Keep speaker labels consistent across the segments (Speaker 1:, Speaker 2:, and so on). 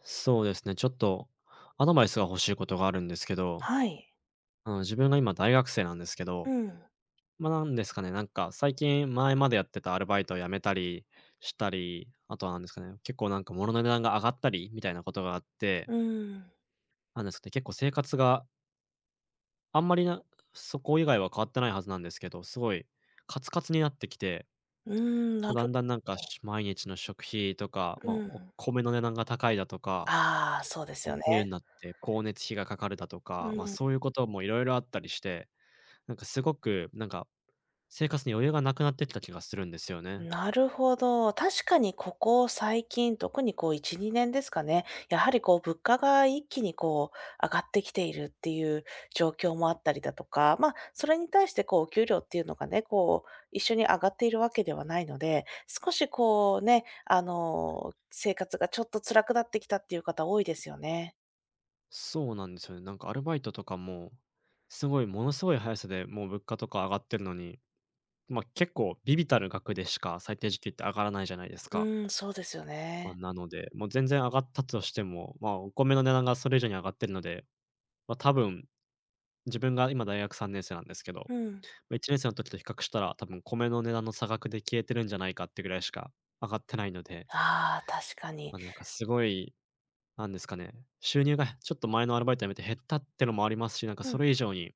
Speaker 1: そうですね、ちょっとアドバイスが欲しいことがあるんですけど、
Speaker 2: はい。
Speaker 1: 自分が今大学生なんですけど、
Speaker 2: うん、
Speaker 1: なんか最近前までやってたアルバイトを辞めたりしたり、あとはなんですかね、結構なんか物の値段が上がったりみたいなことがあって、
Speaker 2: うん、
Speaker 1: なんですかね、結構生活があんまりなそこ以外は変わってないはずなんですけど、すごいカツカツになってきて、
Speaker 2: うん、なる
Speaker 1: だんだんなんか、毎日の食費とか、
Speaker 2: う
Speaker 1: ま、
Speaker 2: ん。
Speaker 1: お米の値段が高いだとか、
Speaker 2: ああ、そうです
Speaker 1: あ、
Speaker 2: よね。
Speaker 1: 冬になって光熱費がかかるだと
Speaker 2: う
Speaker 1: か、まあ、
Speaker 2: ん、
Speaker 1: そういうこともいろいろあったりして、なんかすごく、なんか、生活に余裕がなくなってきた気がするんですよね。
Speaker 2: なるほど。確かにここ最近、特にこう1、2年ですかね、やはりこう物価が一気にこう上がってきているっていう状況もあったりだとか、ま、それに対してこうお給料っていうのがね、こう一緒に上がっているわけではないので、少しこうね、あの、生活がちょっと辛くなってきたっていう方多いですよね。
Speaker 1: そうなんですよね。なんかアルバイトとかも、すごいものすごい速さでもう物価とか上がってるのに、ま、結構ビビたる額でしか最低時給って上がらないじゃないですか。
Speaker 2: うん、そうですよ
Speaker 1: まあ、
Speaker 2: ね。
Speaker 1: なので、もう全然上がったとしても、ま、お米の値段がそれ以上に上がってるので、ま、多分自分が今大学3年生なんですけど、
Speaker 2: うん。
Speaker 1: ま、1年生の時と比較したら、多分米の値段の差額で消えてるんじゃないかってぐらいしか上がってないので、
Speaker 2: ああ、確かに。
Speaker 1: まあ、なんかすごい、なんですかね、収入がちょっと前のアルバイト辞めて減ったってのもありますし、なんか
Speaker 2: う
Speaker 1: そ
Speaker 2: ん、
Speaker 1: れ以上に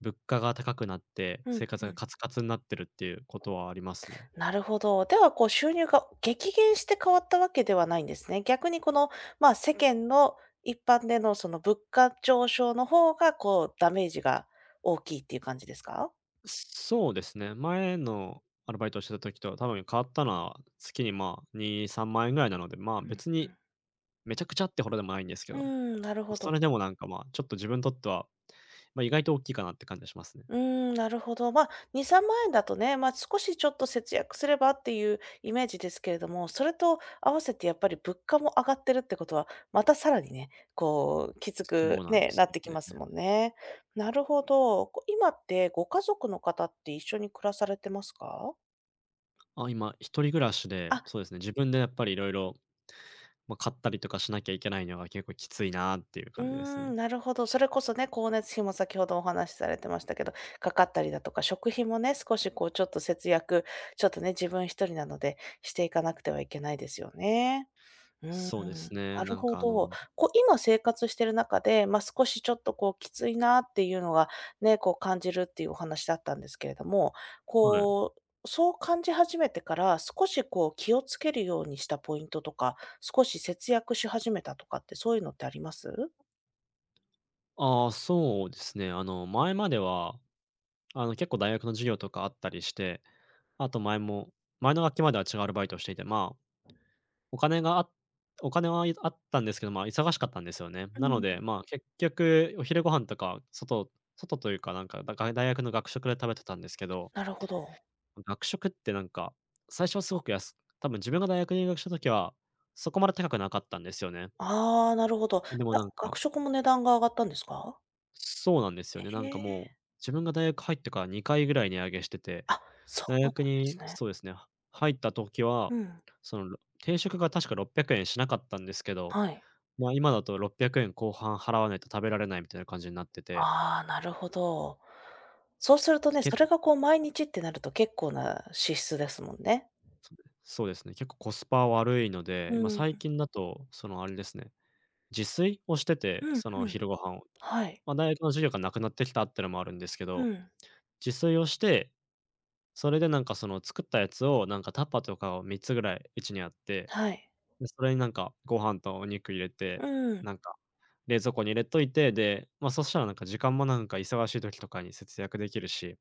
Speaker 1: 物価が高くなって、
Speaker 2: うん、
Speaker 1: 生活
Speaker 2: う
Speaker 1: が
Speaker 2: ん。
Speaker 1: カツカツになってるっていうことはありますね。
Speaker 2: なるほど。では、こう、収入が激減して変わったわけではないんですね。逆にこの、まあ、世間の一般でのその物価上昇の方が、こう、ダメージが大きいっていう感じですか？
Speaker 1: そうですね、前のアルバイトをしてた時と多分変わったのは、月にまあ、2、3万円ぐらいなので、まあ、
Speaker 2: うん、
Speaker 1: 別にめちゃくちゃってほどでもないんですけ
Speaker 2: う
Speaker 1: ど、
Speaker 2: ん。うーん、なるほ
Speaker 1: そ
Speaker 2: ど。
Speaker 1: れでもなんかまあ、ちょっと自分にとっては、ま、意外と大きいかなって感じがしますね。
Speaker 2: うーん、なるほど。ま、あ、2、3万円だとね、ま、少しちょっと節約すればっていうイメージですけれども、それと合わせてやっぱり物価も上がってるってことは、またさらにね、こう、きつ
Speaker 1: そう
Speaker 2: く
Speaker 1: なんで
Speaker 2: ね、な
Speaker 1: す
Speaker 2: っ
Speaker 1: よ
Speaker 2: てき
Speaker 1: ね。
Speaker 2: ますもんね。なるほど。今ってご家族の方って一緒に暮らされてますか？
Speaker 1: あ、今一人暮らしで、
Speaker 2: あ、
Speaker 1: そうですね、自分でやっぱりいろいろまあ、買ったりとかしなきゃいけないのが結構きついなっていう
Speaker 2: うー
Speaker 1: 感じですね。
Speaker 2: ん、なるほど。それこそね、光熱費も先ほどお話しされてましたけど、かかったりだとか、食費もね、少しこうちょっと節約、ちょっとね、自分一人なのでしていかなくてはいけないですよね。うーん、な
Speaker 1: そうですね、
Speaker 2: る
Speaker 1: なん
Speaker 2: ほ
Speaker 1: か
Speaker 2: ど。こう今生活してる中で、まあ、少しちょっとこうきついなっていうのがね、こう感じるっていうお話だったんですけれども、
Speaker 1: はい。
Speaker 2: こう、そう感じ始めてから、少しこう気をつけるようにしたポイントとか、少し節約し始めたとかってそういうのってあります？
Speaker 1: ああ、そうですね、前までは、結構大学の授業とかあったりして、あと前も前の学期までは違うアルバイトをしていて、まあ、お金があお金はあったんですけど、まあ、忙しかったんですよね。
Speaker 2: う
Speaker 1: なの
Speaker 2: ん、
Speaker 1: で、まあ、結局お昼ご飯とか、外というか、なんか、大学の学食で食べてたんですけど、
Speaker 2: なるほど。
Speaker 1: 学食ってなんか、最初はすごく安多分自分が大学入学した時は、そこまで高くなかったんですよね。
Speaker 2: ああ、なるほど。
Speaker 1: でもな
Speaker 2: が
Speaker 1: んか
Speaker 2: 学食も値段が上がったんですか？
Speaker 1: そうなんですよね。なん
Speaker 2: へ
Speaker 1: か
Speaker 2: え。
Speaker 1: もう、自分が大学入ってから2回ぐらい値上げしてて、
Speaker 2: あ、そ
Speaker 1: 大
Speaker 2: うなん
Speaker 1: 学
Speaker 2: です
Speaker 1: に
Speaker 2: ね。
Speaker 1: そうですね、入った時は、
Speaker 2: うん、
Speaker 1: その、ろ定食が確か600円しなかったんですけど、
Speaker 2: はい。
Speaker 1: まあ、今だと600円後半払わないと食べられないみたいな感じになってて、
Speaker 2: ああ、なるほど。そうするとね、そ
Speaker 1: 結
Speaker 2: れ
Speaker 1: 構
Speaker 2: がこう
Speaker 1: は
Speaker 2: 毎
Speaker 1: い、
Speaker 2: 日ってなると結構な支出ですもんね。
Speaker 1: そうですね、結構コスパ悪いので、
Speaker 2: う
Speaker 1: 今
Speaker 2: ん。
Speaker 1: 最近だと、その、あれですね、自炊をしてて、
Speaker 2: うん
Speaker 1: その
Speaker 2: うん。
Speaker 1: 昼ご飯を。
Speaker 2: はい。
Speaker 1: まあ、大学の授業がなくなってきたってのもあるんですけ
Speaker 2: う
Speaker 1: ど、
Speaker 2: ん。
Speaker 1: 自炊をして、それでなんかその作ったやつをなんかタッパーとかを3つぐらいうちにあって、
Speaker 2: はい。
Speaker 1: で、それになんかご飯とお肉入れて、
Speaker 2: うん。
Speaker 1: なんか冷蔵庫に入れといて、で、まあ、そしたらなんか時間もなんか忙しい時とかに節約できるし、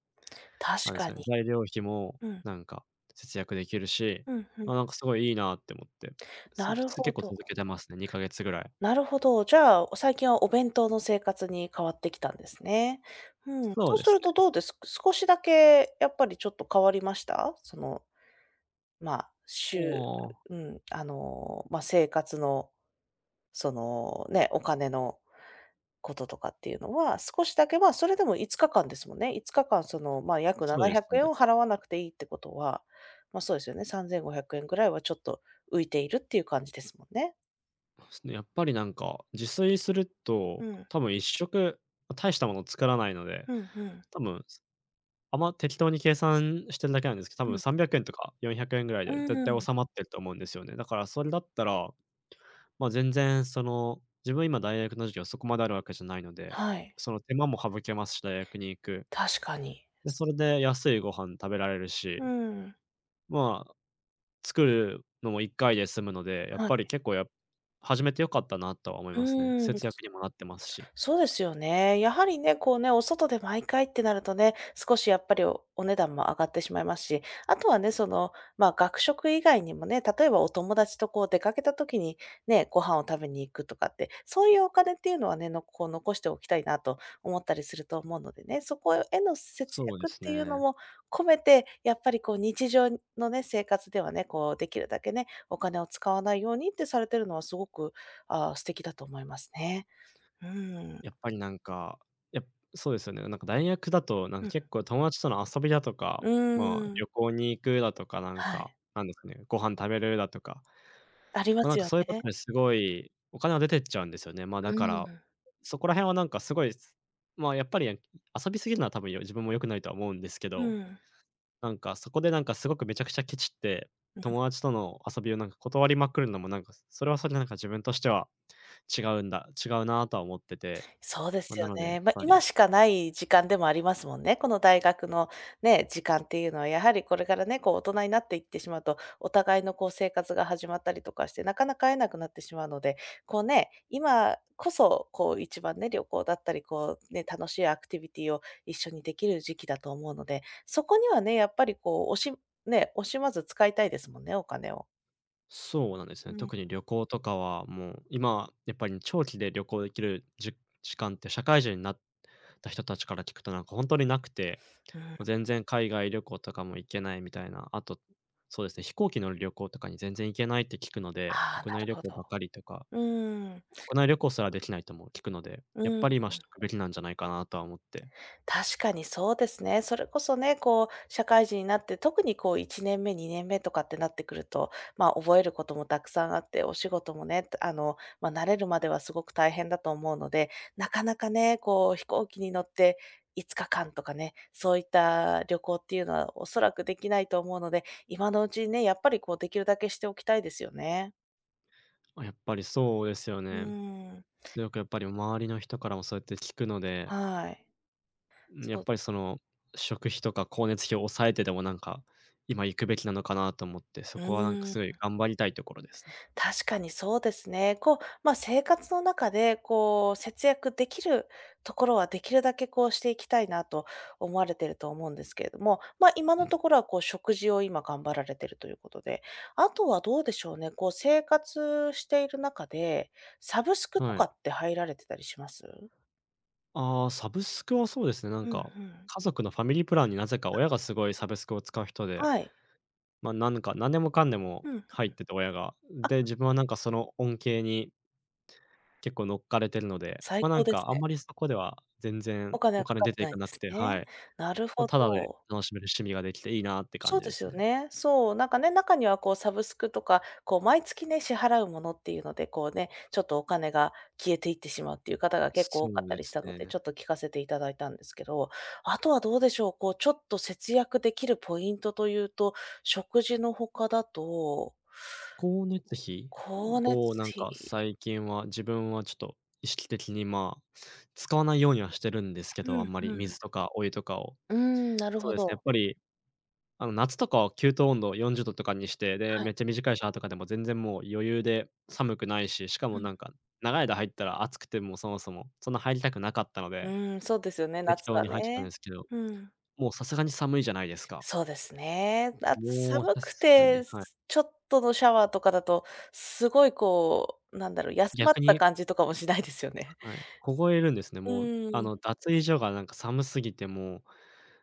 Speaker 2: 確
Speaker 1: あれです
Speaker 2: か
Speaker 1: か
Speaker 2: に。
Speaker 1: ね、材料費も
Speaker 2: うん。
Speaker 1: なんか節約できるし、
Speaker 2: うんうん。
Speaker 1: まあ、なんかすごいいいなって思って、そう、
Speaker 2: なる
Speaker 1: 結
Speaker 2: ほ
Speaker 1: 構
Speaker 2: ど。
Speaker 1: 続けてますね、2ヶ月ぐらい。
Speaker 2: なるほど。じゃあ、最近はお弁当の生活に変わってきたんですね。うん。
Speaker 1: そ
Speaker 2: そ
Speaker 1: う
Speaker 2: う
Speaker 1: で
Speaker 2: す
Speaker 1: す
Speaker 2: る
Speaker 1: ね。
Speaker 2: とどうです少しだけやっぱりちょっと変わりましたその、まあ、週
Speaker 1: お。
Speaker 2: うん、あの、まあ、生活の、そのね、お金のこととかっていうのは、少しだけ、まあ、それでも5日間ですもんね。5日間、その、まあ、約
Speaker 1: そうです
Speaker 2: 700
Speaker 1: ね。
Speaker 2: 円を払わなくていいってことは、まあ、そうですよね。3500円ぐらいはちょっと浮いているっていう感じですもんね。
Speaker 1: すね、やっぱりなんか、自炊する
Speaker 2: う
Speaker 1: と、
Speaker 2: ん。
Speaker 1: 多分一食、ま、大したもの作らないので、
Speaker 2: うん、うん。
Speaker 1: 多分、適当に計算してるだけなんですけど、多
Speaker 2: う
Speaker 1: 分
Speaker 2: ん。
Speaker 1: 300円とか400円ぐらい
Speaker 2: う
Speaker 1: で絶対
Speaker 2: ん。
Speaker 1: 収まってると思うんですよね。だからそれだったら、ま、全然その、自分今大学の授業そこまであるわけじゃないので、
Speaker 2: はい、
Speaker 1: その手間も省けますし、大学に行く。
Speaker 2: 確かに。
Speaker 1: で、それで安いご飯食べられる
Speaker 2: う
Speaker 1: し、
Speaker 2: ん、
Speaker 1: まあ作るのも1回で済むので、やっ
Speaker 2: は
Speaker 1: ぱり
Speaker 2: い。
Speaker 1: 結構始めて良かったなとは思いますね。
Speaker 2: うん。
Speaker 1: 節約にもなってますし。
Speaker 2: そうですよね。やはりね、こうね、お外で毎回ってなるとね、少しやっぱりお値段も上がってしまいますし、あとはね、その、まあ、学食以外にもね、例えばお友達とこう出かけた時にね、ご飯を食べに行くとかって、そういうお金っていうのはね、こう残しておきたいなと思ったりすると思うのでね、そこへの節
Speaker 1: そうで
Speaker 2: 約っ
Speaker 1: す
Speaker 2: ていうの
Speaker 1: ね。
Speaker 2: も込めて、やっぱりこう日常のね、生活ではね、こうできるだけね、お金を使わないようにってされてるのはすごく、あー素敵だと思いますね。うー
Speaker 1: や
Speaker 2: ん。
Speaker 1: っぱりなんか、やっそうですよね。なんか大学だと、なんか結構 友達との遊びだとか、
Speaker 2: う
Speaker 1: まあ、
Speaker 2: ん、うーん。
Speaker 1: 旅行に行くだとか、なん
Speaker 2: は
Speaker 1: か、
Speaker 2: い、
Speaker 1: なんですかね、ご飯食べるだとか、
Speaker 2: ありま
Speaker 1: ま、なん
Speaker 2: す
Speaker 1: か
Speaker 2: よ
Speaker 1: そういうこ
Speaker 2: ね。
Speaker 1: とですごいお金は出てっちゃうんですよね。ま、だ
Speaker 2: う
Speaker 1: から、
Speaker 2: ん。
Speaker 1: そこら辺はなんかすごい、まあ、やっぱり、遊びすぎるのは多分自分も良くないとは思うんですけ
Speaker 2: う
Speaker 1: ど、
Speaker 2: ん。
Speaker 1: なんか、そこでなんかすごくめちゃくちゃケチって、友達との遊びをなんか断りまくるのもなんか、それはそれでなんか自分としては違うなとは思ってて、
Speaker 2: そうで
Speaker 1: ま、
Speaker 2: す
Speaker 1: な
Speaker 2: よ
Speaker 1: のでやっ
Speaker 2: ね。ま、
Speaker 1: ぱ
Speaker 2: 今
Speaker 1: り
Speaker 2: しかない時間でもありますもんね。この大学のね、時間っていうのはやはりこれからね、こう大人になっていってしまうと、お互いのこう生活が始まったりとかして、なかなか会えなくなってしまうので、こうね、今こそこう一番ね、旅行だったり、こうね、楽しいアクティビティを一緒にできる時期だと思うので、そこにはね、やっぱりこう惜しまず使いたいですもんね、お金を。
Speaker 1: そうなんですね。
Speaker 2: うん。
Speaker 1: 特に旅行とかはもう、今やっぱり長期で旅行できる時間って社会人になった人たちから聞くとなんかほんとになくて、
Speaker 2: うん。
Speaker 1: もう全然海外旅行とかも行けないみたいな、あと、そうですね、飛行機乗る旅行とかに全然行けないって聞くので、
Speaker 2: ああ、
Speaker 1: 国
Speaker 2: な
Speaker 1: 内
Speaker 2: る
Speaker 1: 旅
Speaker 2: ほ
Speaker 1: 行
Speaker 2: ど。
Speaker 1: ばかりとか
Speaker 2: うーん。
Speaker 1: 国内旅行すらできないとも聞くので、やっ
Speaker 2: うん、
Speaker 1: ぱり今しとくべきなんじゃないかなとは思って。
Speaker 2: 確かにそうですね。それこそね、こう、社会人になって、特にこう1年目、2年目とかってなってくると、まあ、覚えることもたくさんあって、お仕事もね、あの、まあ、慣れるまではすごく大変だと思うので、なかなかね、こう飛行機に乗って5日間とかね、そういった旅行っていうのはおそらくできないと思うので、今のうちにね、やっぱりこうできるだけしておきたいですよね。
Speaker 1: あ、やっぱりそうですよ
Speaker 2: う
Speaker 1: ね。
Speaker 2: ーん。
Speaker 1: すごくやっぱり周りの人からもそうやって聞くので、
Speaker 2: はい。
Speaker 1: ん、やっ
Speaker 2: そう
Speaker 1: ぱりその、食費とか光熱費を抑えてでもなんか、今行くべきなのかなと思って、そ
Speaker 2: う
Speaker 1: こはなんか
Speaker 2: ー
Speaker 1: すごい
Speaker 2: ん。
Speaker 1: 頑張りたいところですね。
Speaker 2: 確かにそうですね。こう、ま、あ生活の中で、こう、節約できるところはできるだけ、こう、していきたいなと思われてると思うんですけれども、ま、あ今
Speaker 1: う
Speaker 2: の
Speaker 1: ん。
Speaker 2: ところは、こう、食事を今頑張られてるということで、あとはどうでしょうね、こう、生活している中で、サブスクと
Speaker 1: は
Speaker 2: か
Speaker 1: い。
Speaker 2: って入られてたりします？
Speaker 1: ああ、サブスクはそうですね、なん
Speaker 2: うんう
Speaker 1: か、
Speaker 2: ん。
Speaker 1: 家族のファミリープランになぜか親がすごいサブスクを使う人で、
Speaker 2: はい。
Speaker 1: まあ、なんか何でもかんでも
Speaker 2: うん。
Speaker 1: 入ってて、親が。
Speaker 2: あ、
Speaker 1: で、自分はなんかその恩恵に結構乗っかれてるので、ま
Speaker 2: 最
Speaker 1: あ、なん
Speaker 2: 高です
Speaker 1: かあん
Speaker 2: ね。
Speaker 1: まりそこでは全
Speaker 2: お
Speaker 1: 然
Speaker 2: 金
Speaker 1: お
Speaker 2: はか
Speaker 1: 金
Speaker 2: かっ
Speaker 1: 出
Speaker 2: て
Speaker 1: てい
Speaker 2: ない
Speaker 1: か
Speaker 2: んで
Speaker 1: なく
Speaker 2: す
Speaker 1: て、
Speaker 2: ね。
Speaker 1: はい。
Speaker 2: なる
Speaker 1: まあ、
Speaker 2: ほ
Speaker 1: ただで
Speaker 2: ど。
Speaker 1: 楽しめる趣味ができていいなって感
Speaker 2: そう
Speaker 1: じ
Speaker 2: で
Speaker 1: で
Speaker 2: す
Speaker 1: す
Speaker 2: よ
Speaker 1: ね。
Speaker 2: ね。そう、なんかね、中にはこうサブスクとか、こう毎月ね、支払うものっていうので、こうね、ちょっとお金が消えていってしまうっていう方が結構多
Speaker 1: そ
Speaker 2: かっ
Speaker 1: う
Speaker 2: た
Speaker 1: で
Speaker 2: りし
Speaker 1: す
Speaker 2: たので、
Speaker 1: ね。
Speaker 2: ちょっと聞かせていただいたんですけど、あとはどうでしょう、こうちょっと節約できるポイントというと、食事の他だと、
Speaker 1: 光熱費
Speaker 2: 光熱
Speaker 1: をなんか
Speaker 2: 費
Speaker 1: 最近は自分はちょっと意識的に、まあ、使わないようにはしてるんですけ
Speaker 2: う
Speaker 1: ど、あ
Speaker 2: ん
Speaker 1: んまり
Speaker 2: う
Speaker 1: 水
Speaker 2: ん。
Speaker 1: とかお湯とかを。
Speaker 2: うーん、なる
Speaker 1: そう
Speaker 2: ほ
Speaker 1: ですね、やっ
Speaker 2: ど。
Speaker 1: ぱり夏とかは給湯温度40度とかにして、で、
Speaker 2: はい。
Speaker 1: めっちゃ短いシャワーとかでも全然もう余裕で寒くないし、しか
Speaker 2: う
Speaker 1: も
Speaker 2: ん。
Speaker 1: なんか、長い間入ったら暑くてもそもそも、そんな入りたくなかったの
Speaker 2: う
Speaker 1: で、
Speaker 2: ーん、そうですよね、
Speaker 1: 適
Speaker 2: 夏
Speaker 1: 当
Speaker 2: は
Speaker 1: に入ってたん
Speaker 2: ね。
Speaker 1: ですけど、
Speaker 2: うん。
Speaker 1: もうさすがに寒いじゃないですか。
Speaker 2: そうですね。あと
Speaker 1: もう
Speaker 2: 寒
Speaker 1: さ
Speaker 2: く
Speaker 1: すがに、
Speaker 2: て、
Speaker 1: はい。
Speaker 2: ちょっとのシャワーとかだと、すごいこう、なんだろう、休まっ
Speaker 1: 逆
Speaker 2: た
Speaker 1: に、
Speaker 2: 感じとかもしないですよね。
Speaker 1: はい、凍えるんですね。
Speaker 2: う
Speaker 1: もう、あ
Speaker 2: ー
Speaker 1: の、
Speaker 2: ん。
Speaker 1: 脱衣所がなんか寒すぎてもう、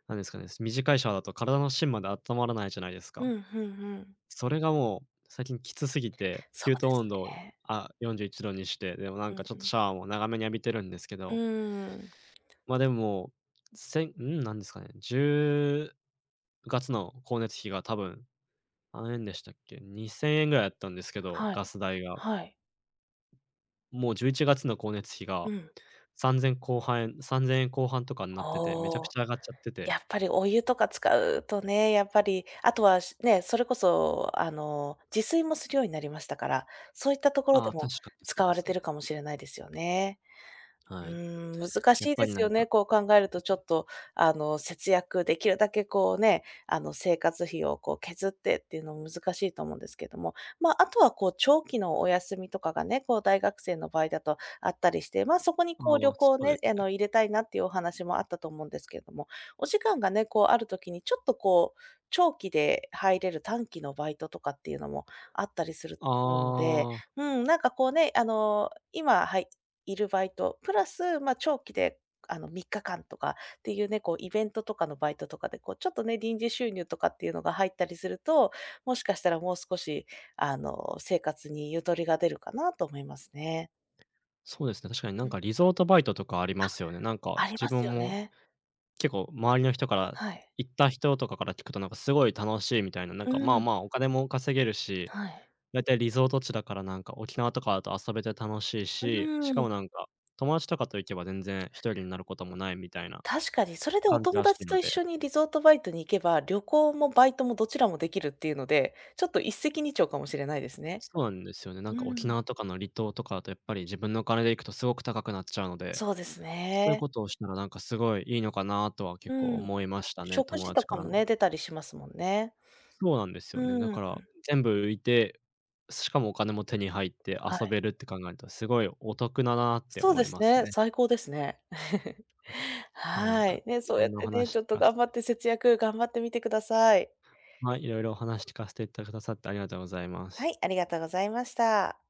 Speaker 1: なんですかね、短いシャワーだと体の芯まで温まらないじゃないですか。
Speaker 2: うん、ふんふん。
Speaker 1: それがもう最近きつすぎて、
Speaker 2: そう
Speaker 1: 給湯
Speaker 2: で
Speaker 1: 温
Speaker 2: す
Speaker 1: 度を、
Speaker 2: ね。
Speaker 1: あ、41度にして、でもなん
Speaker 2: う
Speaker 1: かちょっと
Speaker 2: ん、
Speaker 1: シャワーも長めに浴びてるんですけ
Speaker 2: う
Speaker 1: ど、
Speaker 2: ーん。
Speaker 1: ま、あでも、せんうん、なんですかね、10月の光熱費が多分、何円でしたっけ、2000円ぐらいだったんですけど、
Speaker 2: は
Speaker 1: ガ
Speaker 2: い。
Speaker 1: ス代が。
Speaker 2: はい。
Speaker 1: もう11月の光熱費が
Speaker 2: うん。
Speaker 1: 3000後半3 0 0円後半とかになってて、めちゃ
Speaker 2: お
Speaker 1: く
Speaker 2: お、
Speaker 1: ちゃ上がっちゃってて。
Speaker 2: やっぱりお湯とか使うとね、やっぱり、あとは、しね、それこそ、あの、自炊もするようになりましたから、そういったところ
Speaker 1: ああ、
Speaker 2: で
Speaker 1: 確
Speaker 2: も
Speaker 1: かにそう
Speaker 2: 使
Speaker 1: で
Speaker 2: われ
Speaker 1: す
Speaker 2: て
Speaker 1: ね。
Speaker 2: るかもしれないですよね。う
Speaker 1: はい。
Speaker 2: ーん、難
Speaker 1: やっ
Speaker 2: しい
Speaker 1: ぱ
Speaker 2: で
Speaker 1: りな
Speaker 2: すよ
Speaker 1: んか、
Speaker 2: ね、こう考えるとちょっと、あの、節約できるだけこうね、あの、生活費をこう削ってっていうのも難しいと思うんですけども、まあ、あとはこう長期のお休みとかがね、こう大学生の場合だとあったりして、まあ、そこにこう
Speaker 1: あ
Speaker 2: 旅
Speaker 1: あ、
Speaker 2: 行を
Speaker 1: そうで
Speaker 2: ね、
Speaker 1: す
Speaker 2: あ
Speaker 1: ね。
Speaker 2: の、入れたいなっていうお話もあったと思うんですけれども、お時間がね、こうあるときにちょっとこう、長期で入れる短期のバイトとかっていうのもあったりすると思うので、
Speaker 1: ああ。
Speaker 2: うん、なんかこうね、あの、今いるバイト、プラス、まあ、長期で、あの、3日間とかっていうね、こうイベントとかのバイトとかで、こうちょっとね、臨時収入とかっていうのが入ったりすると、もしかしたらもう少し、あの、生活にゆとりが出るかなと思いますね。
Speaker 1: そうですね、確かにな
Speaker 2: う
Speaker 1: ん
Speaker 2: ん。
Speaker 1: かリゾートバイトとかありますよね。なんか
Speaker 2: あり
Speaker 1: 自
Speaker 2: ま
Speaker 1: 分
Speaker 2: すよ
Speaker 1: も
Speaker 2: ね。
Speaker 1: 結構周りの人から、
Speaker 2: はい。
Speaker 1: 行った人とかから聞くとなんかすごい楽しいみたいな、なん
Speaker 2: う
Speaker 1: かまあ
Speaker 2: ん、
Speaker 1: まあお金も稼げるし、
Speaker 2: はい。
Speaker 1: だいたいリゾート地だからなんか沖縄とかだと遊べて楽しい
Speaker 2: う
Speaker 1: し、し
Speaker 2: ー
Speaker 1: か
Speaker 2: ん、
Speaker 1: もなんか友達とかと行けば全然一人になることもないみたいな
Speaker 2: 確かに。それでお
Speaker 1: 感じ
Speaker 2: 友
Speaker 1: らしい
Speaker 2: 達
Speaker 1: の
Speaker 2: と一
Speaker 1: で、
Speaker 2: 緒にリゾートバイトに行けば、旅行もバイトもどちらもできるっていうので、ちょっと一石二鳥かもしれないですね。
Speaker 1: そうなんですよね。なん
Speaker 2: う
Speaker 1: か沖
Speaker 2: ん、
Speaker 1: 縄とかの離島とかだとやっぱり自分のお金で行くとすごく高くなっちゃうので、
Speaker 2: そうです
Speaker 1: そういう
Speaker 2: ね。
Speaker 1: ことをしたらなんかすごいいいのかなとは
Speaker 2: う
Speaker 1: 結構
Speaker 2: ん。
Speaker 1: 思いましたね、
Speaker 2: 食
Speaker 1: 友
Speaker 2: 事と
Speaker 1: 達か
Speaker 2: か
Speaker 1: ら
Speaker 2: も
Speaker 1: の、
Speaker 2: ね、出たりしますもんね。
Speaker 1: そうなんですよ
Speaker 2: う
Speaker 1: ね。だ
Speaker 2: ん、は
Speaker 1: から、全部浮いて、しかもお金も手に入って遊
Speaker 2: い。
Speaker 1: べるって考えると、すごいお得だなって
Speaker 2: そう
Speaker 1: 思
Speaker 2: で
Speaker 1: い
Speaker 2: す
Speaker 1: ます
Speaker 2: ね、
Speaker 1: ね。
Speaker 2: 最高ですね。
Speaker 1: あ、なん
Speaker 2: は
Speaker 1: か、
Speaker 2: い。ね、
Speaker 1: い
Speaker 2: そう
Speaker 1: ろ
Speaker 2: や
Speaker 1: ん
Speaker 2: っ
Speaker 1: なお
Speaker 2: てね、
Speaker 1: 話聞
Speaker 2: ちょっと
Speaker 1: かせ
Speaker 2: 頑張っ
Speaker 1: て
Speaker 2: て節約頑張ってみてください。
Speaker 1: はい、いろいろお話聞かせていただくださってありがとうございま
Speaker 2: は
Speaker 1: す。
Speaker 2: い、ありがとうございました。